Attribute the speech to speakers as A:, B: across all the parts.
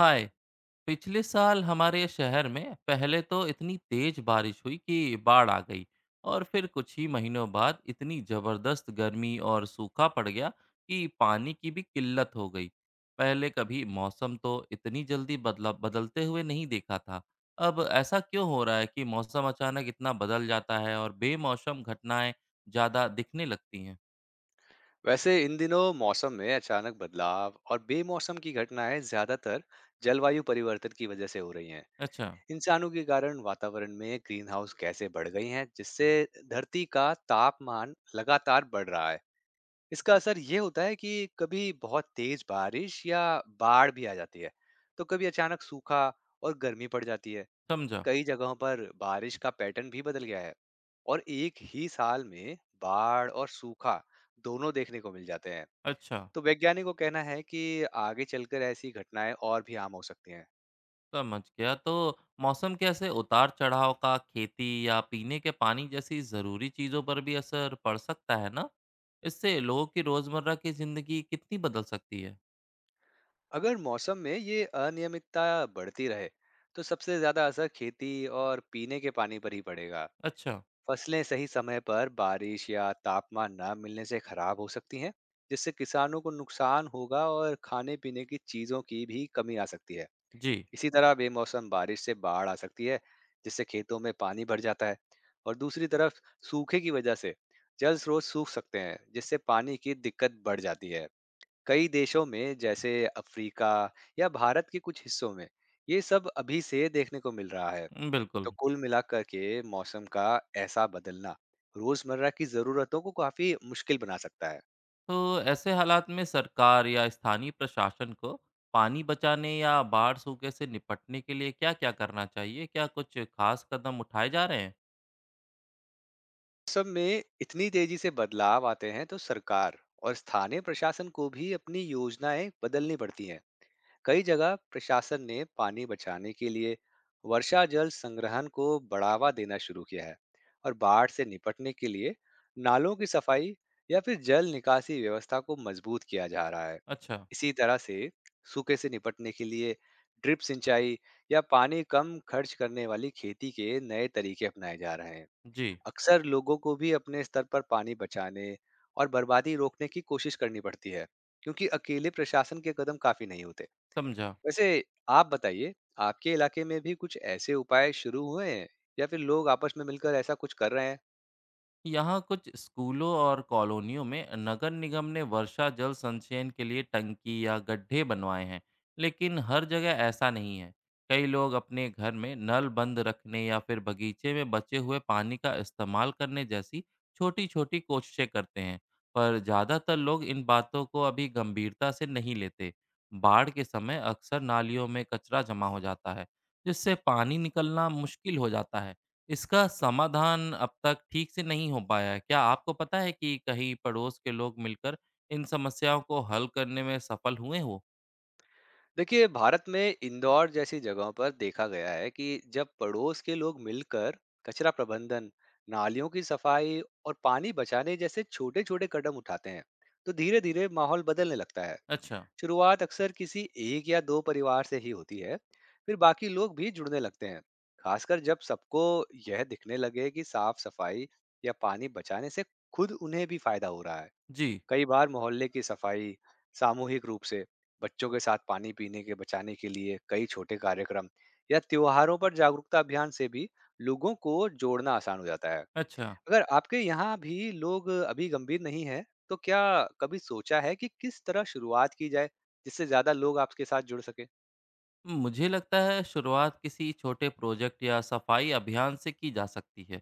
A: हाय। पिछले साल हमारे शहर में पहले तो इतनी तेज बारिश हुई कि बाढ़ आ गई। और फिर कुछ ही महीनों बाद इतनी जबरदस्त गर्मी और सूखा पड़ गया कि पानी की भी किल्लत हो गई। पहले कभी मौसम तो इतनी जल्दी बदला बदलते हुए नहीं देखा था। अब ऐसा क्यों हो रहा है कि मौसम अचानक इतना बदल जाता है और बेमौसम घटनाएं ज्यादा दिखने लगती हैं?
B: वैसे इन दिनों मौसम में अचानक बदलाव और बेमौसम की घटनाएं ज्यादातर जलवायु परिवर्तन की वजह से हो रही हैं।
A: अच्छा।
B: इंसानों के कारण वातावरण में ग्रीन हाउस गैसें बढ़ गई हैं, जिससे धरती का तापमान लगातार बढ़ रहा है। इसका असर ये होता है कि कभी बहुत तेज बारिश या बाढ़ भी आ जाती है, तो कभी अचानक सूखा और गर्मी पड़ जाती है।
A: समझा।
B: कई जगहों पर बारिश का पैटर्न भी बदल गया है और एक ही साल में बाढ़ और सूखा दोनों देखने को मिल जाते हैं।
A: अच्छा।
B: तो वैज्ञानिक को कहना है कि आगे चलकर ऐसी घटनाएं और भी आम हो सकती हैं।
A: समझ गया। तो मौसम के ऐसे उतार चढ़ाव का खेती या पीने के पानी जैसी जरूरी चीजों पर भी असर पड़ सकता है ना? इससे लोगों की रोजमर्रा की जिंदगी कितनी बदल सकती है?
B: अगर मौसम में ये अनियमितता बढ़ती रहे तो सबसे ज्यादा असर खेती और पीने के पानी पर ही पड़ेगा।
A: अच्छा।
B: फसलें सही समय पर बारिश या तापमान न मिलने से खराब हो सकती हैं, जिससे किसानों को नुकसान होगा और खाने पीने की चीजों की भी कमी आ सकती है।
A: जी।
B: इसी तरह बेमौसम बारिश से बाढ़ आ सकती है, जिससे खेतों में पानी भर जाता है। और दूसरी तरफ सूखे की वजह से जल स्रोत सूख सकते हैं, जिससे पानी की दिक्कत बढ़ जाती है। कई देशों में, जैसे अफ्रीका या भारत के कुछ हिस्सों में, ये सब अभी से देखने को मिल रहा है।
A: बिल्कुल।
B: तो कुल मिलाकर के मौसम का ऐसा बदलना रोजमर्रा की जरूरतों को काफी मुश्किल बना सकता है।
A: तो ऐसे हालात में सरकार या स्थानीय प्रशासन को पानी बचाने या बाढ़ सूखे से निपटने के लिए क्या क्या करना चाहिए? क्या कुछ खास कदम उठाए जा रहे हैं?
B: सब में इतनी तेजी से बदलाव आते हैं तो सरकार और स्थानीय प्रशासन को भी अपनी योजनाएं बदलनी पड़ती हैं। कई जगह प्रशासन ने पानी बचाने के लिए वर्षा जल संग्रहण को बढ़ावा देना शुरू किया है और बाढ़ से निपटने के लिए नालों की सफाई या फिर जल निकासी व्यवस्था को मजबूत किया जा रहा है।
A: अच्छा।
B: इसी तरह से सूखे से निपटने के लिए ड्रिप सिंचाई या पानी कम खर्च करने वाली खेती के नए तरीके अपनाए जा रहे हैं।
A: जी।
B: अक्सर लोगों को भी अपने स्तर पर पानी बचाने और बर्बादी रोकने की कोशिश करनी पड़ती है, क्योंकि अकेले प्रशासन के कदम काफी नहीं होते।
A: समझा।
B: वैसे आप बताइए, आपके इलाके में भी कुछ ऐसे उपाय शुरू हुए हैं या फिर लोग आपस में मिलकर ऐसा कुछ कर रहे हैं?
A: यहाँ कुछ स्कूलों और कॉलोनियों में नगर निगम ने वर्षा जल संचयन के लिए टंकी या गड्ढे बनवाए हैं। लेकिन हर जगह ऐसा नहीं है। कई लोग अपने घर में नल बंद रखने या फिर बगीचे में बचे हुए पानी का इस्तेमाल करने जैसी छोटी छोटी कोशिशें करते हैं। पर ज़्यादातर लोग इन बातों को अभी गंभीरता से नहीं लेते। बाढ़ के समय अक्सर नालियों में कचरा जमा हो जाता है जिससे पानी निकलना मुश्किल हो जाता है। इसका समाधान अब तक ठीक से नहीं हो पाया है। क्या आपको पता है कि कहीं पड़ोस के लोग मिलकर इन समस्याओं को हल करने में सफल हुए हो?
B: देखिए, भारत में इंदौर जैसी जगहों पर देखा गया है कि जब पड़ोस के लोग मिलकर कचरा प्रबंधन, नालियों की सफाई और पानी बचाने जैसे छोटे छोटे कदम उठाते हैं, तो धीरे धीरे माहौल बदलने लगता है।
A: अच्छा,
B: शुरुआत अक्सर किसी एक या दो परिवार से ही होती है, फिर बाकी लोग भी जुड़ने लगते हैं, खासकर जब सबको यह दिखने लगे कि साफ सफाई या पानी बचाने से खुद उन्हें भी फायदा हो रहा है।
A: जी,
B: कई बार मोहल्ले की सफाई सामूहिक रूप से, बच्चों के साथ पानी पीने के बचाने के लिए कई छोटे कार्यक्रम या त्योहारों पर जागरूकता अभियान से भी लोगों को जोड़ना आसान हो जाता है।
A: अच्छा।
B: अगर आपके यहाँ भी लोग अभी गंभीर नहीं हैं, तो क्या कभी सोचा है कि किस तरह शुरुआत की जाए, जिससे ज़्यादा लोग आपके साथ जुड़ सकें?
A: मुझे लगता है शुरुआत किसी छोटे प्रोजेक्ट या सफाई अभियान से की जा सकती है।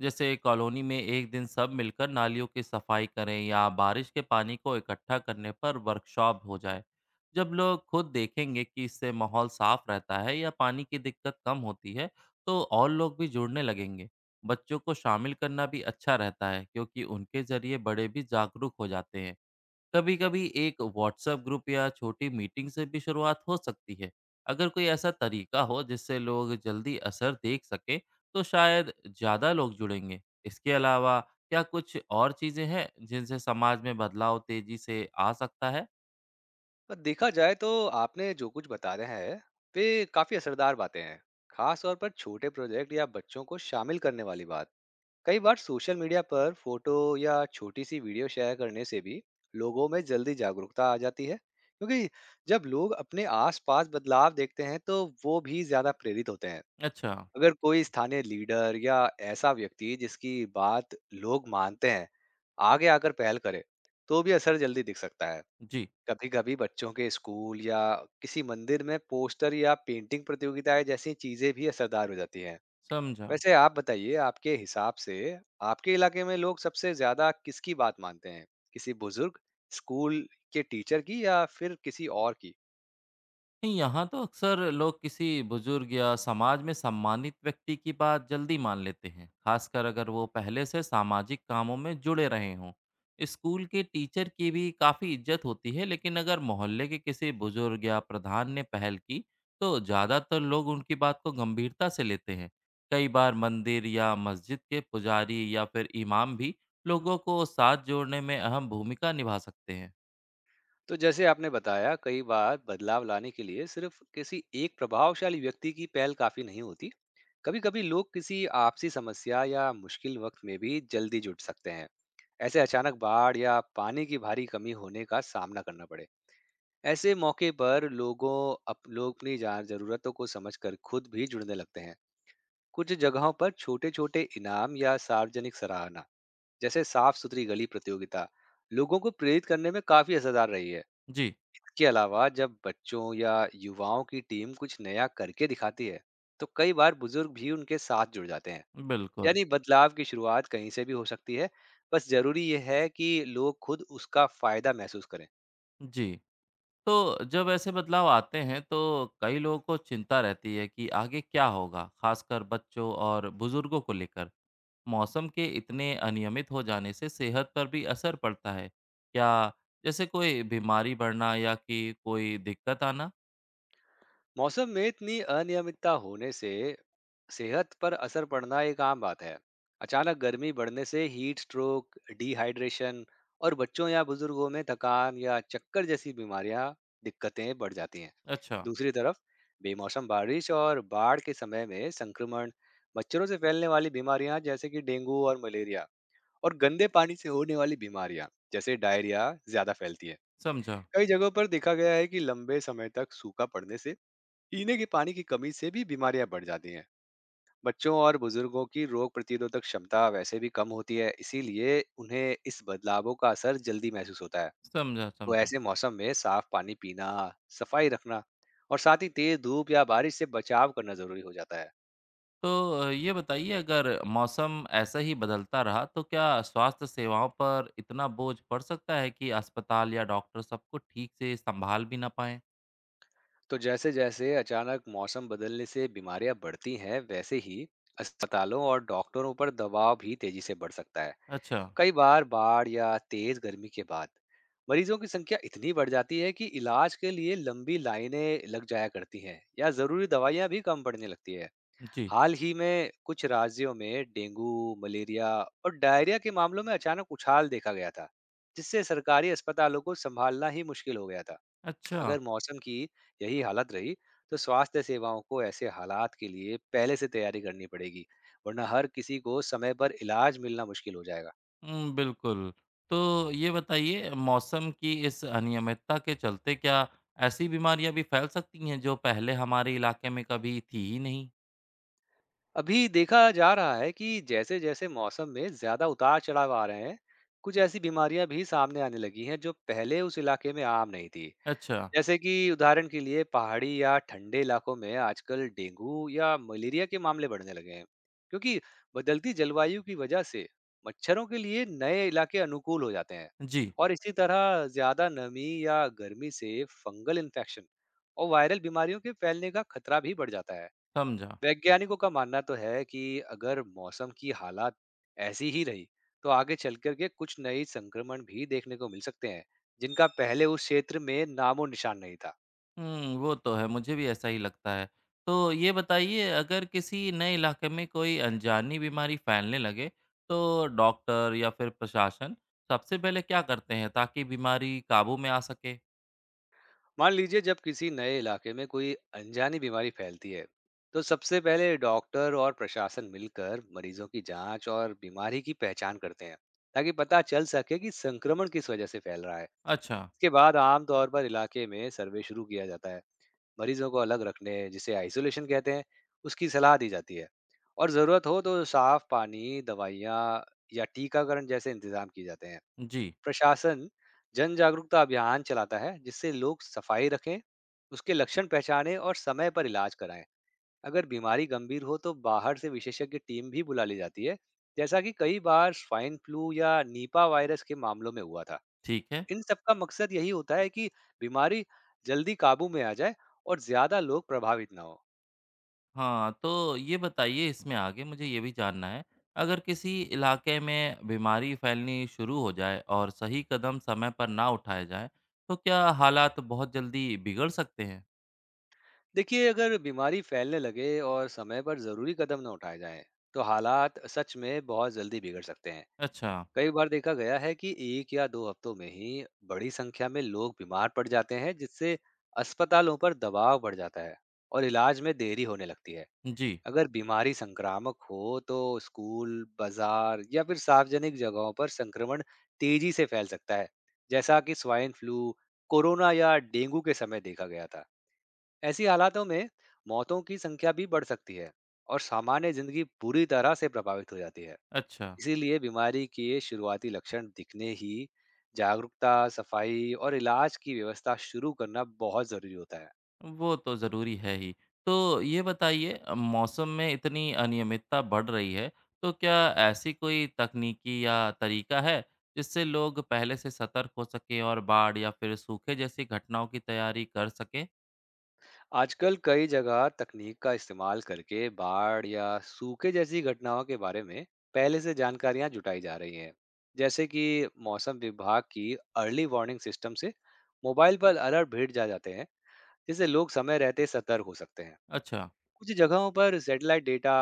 A: जैसे कॉलोनी में एक दिन सब मिलकर नालियों की सफाई करें या बारिश के पानी को इकट्ठा करने पर वर्कशॉप हो जाए। जब लोग खुद देखेंगे कि इससे माहौल साफ रहता है या पानी की दिक्कत कम होती है तो और लोग भी जुड़ने लगेंगे। बच्चों को शामिल करना भी अच्छा रहता है क्योंकि उनके जरिए बड़े भी जागरूक हो जाते हैं। कभी-कभी एक व्हाट्सएप ग्रुप या छोटी मीटिंग से भी शुरुआत हो सकती है। अगर कोई ऐसा तरीका हो जिससे लोग जल्दी असर देख सकें, तो शायद ज़्यादा लोग जुड़ेंगे। इसके अलावा क्या कुछ और चीज़ें हैं जिनसे समाज में बदलाव तेज़ी से आ सकता है?
B: और देखा जाए तो आपने जो कुछ बताया है, वे काफ़ी असरदार बातें हैं। खास तौर पर छोटे प्रोजेक्ट या बच्चों को शामिल करने वाली बात। कई बार सोशल मीडिया पर फोटो या छोटी सी वीडियो शेयर करने से भी लोगों में जल्दी जागरूकता आ जाती है, क्योंकि जब लोग अपने आसपास बदलाव देखते हैं, तो वो भी ज़्यादा प्रेरित होते हैं।
A: अच्छा,
B: अगर कोई स्थानीय लीडर या ऐसा व्यक्ति जिसकी बात लोग मानते हैं आगे आकर पहल करे, तो भी असर जल्दी दिख सकता है।
A: जी,
B: कभी कभी बच्चों के स्कूल या किसी मंदिर में पोस्टर या पेंटिंग प्रतियोगिताएं जैसी चीजें भी असरदार हो जाती हैं।
A: समझा।
B: वैसे आप बताइए, आपके हिसाब से आपके इलाके में लोग सबसे ज्यादा किसकी बात मानते हैं? किसी बुजुर्ग, स्कूल के टीचर की, या फिर किसी और की?
A: नहीं, यहाँ तो अक्सर लोग किसी बुजुर्ग या समाज में सम्मानित व्यक्ति की बात जल्दी मान लेते हैं, खासकर अगर वो पहले से सामाजिक कामों में जुड़े रहे हों। स्कूल के टीचर की भी काफ़ी इज्जत होती है, लेकिन अगर मोहल्ले के किसी बुजुर्ग या प्रधान ने पहल की, तो ज़्यादातर लोग उनकी बात को गंभीरता से लेते हैं। कई बार मंदिर या मस्जिद के पुजारी या फिर इमाम भी लोगों को साथ जोड़ने में अहम भूमिका निभा सकते हैं।
B: तो जैसे आपने बताया, कई बार बदलाव लाने के लिए सिर्फ किसी एक प्रभावशाली व्यक्ति की पहल काफी नहीं होती। कभी कभी लोग किसी आपसी समस्या या मुश्किल वक्त में भी जल्दी जुट सकते हैं। ऐसे अचानक बाढ़ या पानी की भारी कमी होने का सामना करना पड़े, ऐसे मौके पर लोगों लोग अपनी जरूरतों को समझकर खुद भी जुड़ने लगते हैं। कुछ जगहों पर छोटे छोटे इनाम या सार्वजनिक सराहना, जैसे साफ सुथरी गली प्रतियोगिता, लोगों को प्रेरित करने में काफी असरदार रही है।
A: जी,
B: इसके अलावा जब बच्चों या युवाओं की टीम कुछ नया करके दिखाती है, तो कई बार बुजुर्ग भी उनके साथ जुड़ जाते हैं।
A: बिल्कुल।
B: यानी बदलाव की शुरुआत कहीं से भी हो सकती है, बस जरूरी यह है कि लोग खुद उसका फायदा महसूस करें।
A: जी। तो जब ऐसे बदलाव आते हैं तो कई लोगों को चिंता रहती है कि आगे क्या होगा, खासकर बच्चों और बुजुर्गों को लेकर। मौसम के इतने अनियमित हो जाने से सेहत पर भी असर पड़ता है, क्या जैसे कोई बीमारी बढ़ना या कि कोई दिक्कत आना?
B: मौसम में इतनी अनियमितता होने से सेहत पर असर पड़ना एक आम बात है। अचानक गर्मी बढ़ने से हीट स्ट्रोक, डिहाइड्रेशन और बच्चों या बुजुर्गों में थकान या चक्कर जैसी बीमारियां दिक्कतें बढ़ जाती हैं।
A: अच्छा,
B: दूसरी तरफ बेमौसम बारिश और बाढ़ के समय में संक्रमण, मच्छरों से फैलने वाली बीमारियां जैसे कि डेंगू और मलेरिया, और गंदे पानी से होने वाली बीमारियां जैसे डायरिया ज्यादा फैलती है।
A: समझा,
B: कई जगहों पर देखा गया है कि लंबे समय तक सूखा पड़ने से पीने के पानी की कमी से भी बीमारियां बढ़ जाती हैं। बच्चों और बुजुर्गों की रोग प्रतिरोधक क्षमता वैसे भी कम होती है, इसीलिए उन्हें इस बदलावों का असर जल्दी महसूस होता है।
A: समझा,
B: तो
A: समझा।
B: ऐसे मौसम में साफ पानी पीना, सफाई रखना और साथ ही तेज धूप या बारिश से बचाव करना जरूरी हो जाता है।
A: तो ये बताइए अगर मौसम ऐसा ही बदलता रहा तो क्या स्वास्थ्य सेवाओं पर इतना बोझ पड़ सकता है कि अस्पताल या डॉक्टर सबको ठीक से संभाल भी ना पाएं?
B: तो जैसे जैसे अचानक मौसम बदलने से बीमारियां बढ़ती हैं, वैसे ही अस्पतालों और डॉक्टरों पर दबाव भी तेजी से बढ़ सकता है।
A: अच्छा।
B: कई बार बाढ़ या तेज गर्मी के बाद मरीजों की संख्या इतनी बढ़ जाती है कि इलाज के लिए लंबी लाइनें लग जाया करती हैं या जरूरी दवाइयां भी कम पड़ने लगती है।
A: जी।
B: हाल ही में कुछ राज्यों में डेंगू, मलेरिया और डायरिया के मामलों में अचानक उछाल देखा गया था, जिससे सरकारी अस्पतालों को संभालना ही मुश्किल हो गया था।
A: अच्छा।
B: अगर मौसम की यही हालत रही तो स्वास्थ्य सेवाओं को ऐसे हालात के लिए पहले से तैयारी करनी पड़ेगी, वरना हर किसी को समय पर इलाज मिलना मुश्किल हो जाएगा।
A: बिल्कुल। तो ये बताइए मौसम की इस अनियमितता के चलते क्या ऐसी बीमारियाँ भी फैल सकती हैं जो पहले हमारे इलाके में कभी थी ही नहीं?
B: अभी देखा जा रहा है कि जैसे जैसे मौसम में ज्यादा उतार चढ़ाव आ रहे हैं, कुछ ऐसी बीमारियां भी सामने आने लगी हैं जो पहले उस इलाके में आम नहीं थी।
A: अच्छा।
B: जैसे कि उदाहरण के लिए पहाड़ी या ठंडे इलाकों में आजकल डेंगू या मलेरिया के मामले बढ़ने लगे हैं, क्योंकि बदलती जलवायु की वजह से मच्छरों के लिए नए इलाके अनुकूल हो जाते हैं।
A: जी,
B: और इसी तरह ज्यादा नमी या गर्मी से फंगल इन्फेक्शन और वायरल बीमारियों के फैलने का खतरा भी बढ़ जाता है।
A: समझा।
B: वैज्ञानिकों का मानना तो है कि अगर मौसम की हालात ऐसी ही रही, तो आगे चल करके कुछ नए संक्रमण भी देखने को मिल सकते हैं जिनका पहले उस क्षेत्र में नामो निशान नहीं था।
A: वो तो है मुझे भी ऐसा ही लगता है। तो ये बताइए अगर किसी नए इलाके में कोई अनजानी बीमारी फैलने लगे तो डॉक्टर या फिर प्रशासन सबसे पहले क्या करते हैं ताकि बीमारी काबू में आ सके?
B: मान लीजिए, जब किसी नए इलाके में कोई अनजानी बीमारी फैलती है, तो सबसे पहले डॉक्टर और प्रशासन मिलकर मरीजों की जांच और बीमारी की पहचान करते हैं, ताकि पता चल सके कि संक्रमण किस वजह से फैल रहा है।
A: अच्छा।
B: इसके बाद आमतौर पर इलाके में सर्वे शुरू किया जाता है, मरीजों को अलग रखने, जिसे आइसोलेशन कहते हैं, उसकी सलाह दी जाती है, और ज़रूरत हो तो साफ पानी, दवाइयाँ या टीकाकरण जैसे इंतजाम किए जाते हैं।
A: जी,
B: प्रशासन जन जागरूकता अभियान चलाता है, जिससे लोग सफाई रखें, उसके लक्षण पहचानें और समय पर इलाज कराएं। अगर बीमारी गंभीर हो तो बाहर से विशेषज्ञ टीम भी बुला ली जाती है, जैसा कि कई बार स्वाइन फ्लू या नीपा वायरस के मामलों में हुआ था।
A: ठीक है।
B: इन सब का मकसद यही होता है कि बीमारी जल्दी काबू में आ जाए और ज्यादा लोग प्रभावित ना हो।
A: हाँ, तो ये बताइए इसमें आगे मुझे ये भी जानना है, अगर किसी इलाके में बीमारी फैलनी शुरू हो जाए और सही कदम समय पर ना उठाए जाएँ, तो क्या हालात बहुत जल्दी बिगड़ सकते हैं?
B: देखिए, अगर बीमारी फैलने लगे और समय पर जरूरी कदम न उठाए जाएं, तो हालात सच में बहुत जल्दी बिगड़ सकते हैं।
A: अच्छा,
B: कई बार देखा गया है कि एक या दो हफ्तों में ही बड़ी संख्या में लोग बीमार पड़ जाते हैं, जिससे अस्पतालों पर दबाव बढ़ जाता है और इलाज में देरी होने लगती है।
A: जी,
B: अगर बीमारी संक्रामक हो तो स्कूल, बाजार या फिर सार्वजनिक जगहों पर संक्रमण तेजी से फैल सकता है, जैसा कि स्वाइन फ्लू, कोरोना या डेंगू के समय देखा गया था। ऐसी हालातों में मौतों की संख्या भी बढ़ सकती है और सामान्य जिंदगी पूरी तरह से प्रभावित हो जाती है।
A: अच्छा,
B: इसीलिए बीमारी के शुरुआती लक्षण दिखने ही जागरूकता, सफाई और इलाज की व्यवस्था शुरू करना बहुत जरूरी होता है।
A: वो तो ज़रूरी है ही। तो ये बताइए मौसम में इतनी अनियमितता बढ़ रही है, तो क्या ऐसी कोई तकनीकी या तरीका है, जिससे लोग पहले से सतर्क हो सकें और बाढ़ या फिर सूखे जैसी घटनाओं की तैयारी कर सकें?
B: आजकल कई जगह तकनीक का इस्तेमाल करके बाढ़ या सूखे जैसी घटनाओं के बारे में पहले से जानकारियां जुटाई जा रही हैं। जैसे कि मौसम विभाग की अर्ली वार्निंग सिस्टम से मोबाइल पर अलर्ट भेज जा जाते हैं, जिससे लोग समय रहते सतर्क हो सकते हैं।
A: अच्छा।
B: कुछ जगहों पर सैटेलाइट डेटा,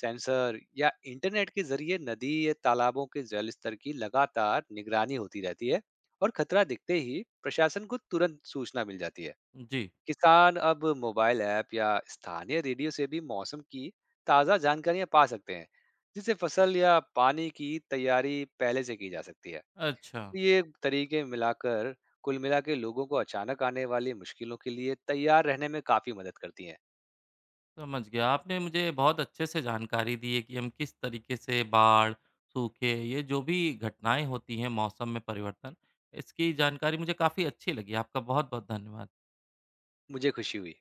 B: सेंसर या इंटरनेट के जरिए नदी या तालाबों के जल स्तर की लगातार निगरानी होती रहती है और खतरा दिखते ही प्रशासन को तुरंत सूचना मिल जाती है।
A: जी,
B: किसान अब मोबाइल ऐप या स्थानीय रेडियो से भी मौसम की ताज़ा जानकारियां पा सकते हैं, जिससे फसल या पानी की तैयारी पहले से की जा सकती है।
A: अच्छा,
B: ये तरीके मिलाकर कुल मिला के लोगों को अचानक आने वाली मुश्किलों के लिए तैयार रहने में काफ़ी मदद करती हैं।
A: समझ गया। आपने मुझे बहुत अच्छे से जानकारी दी है कि हम किस तरीके से बाढ़, सूखे ये जो भी घटनाएँ होती हैं मौसम में परिवर्तन, इसकी जानकारी मुझे काफ़ी अच्छी लगी। आपका बहुत-बहुत धन्यवाद।
B: मुझे खुशी हुई।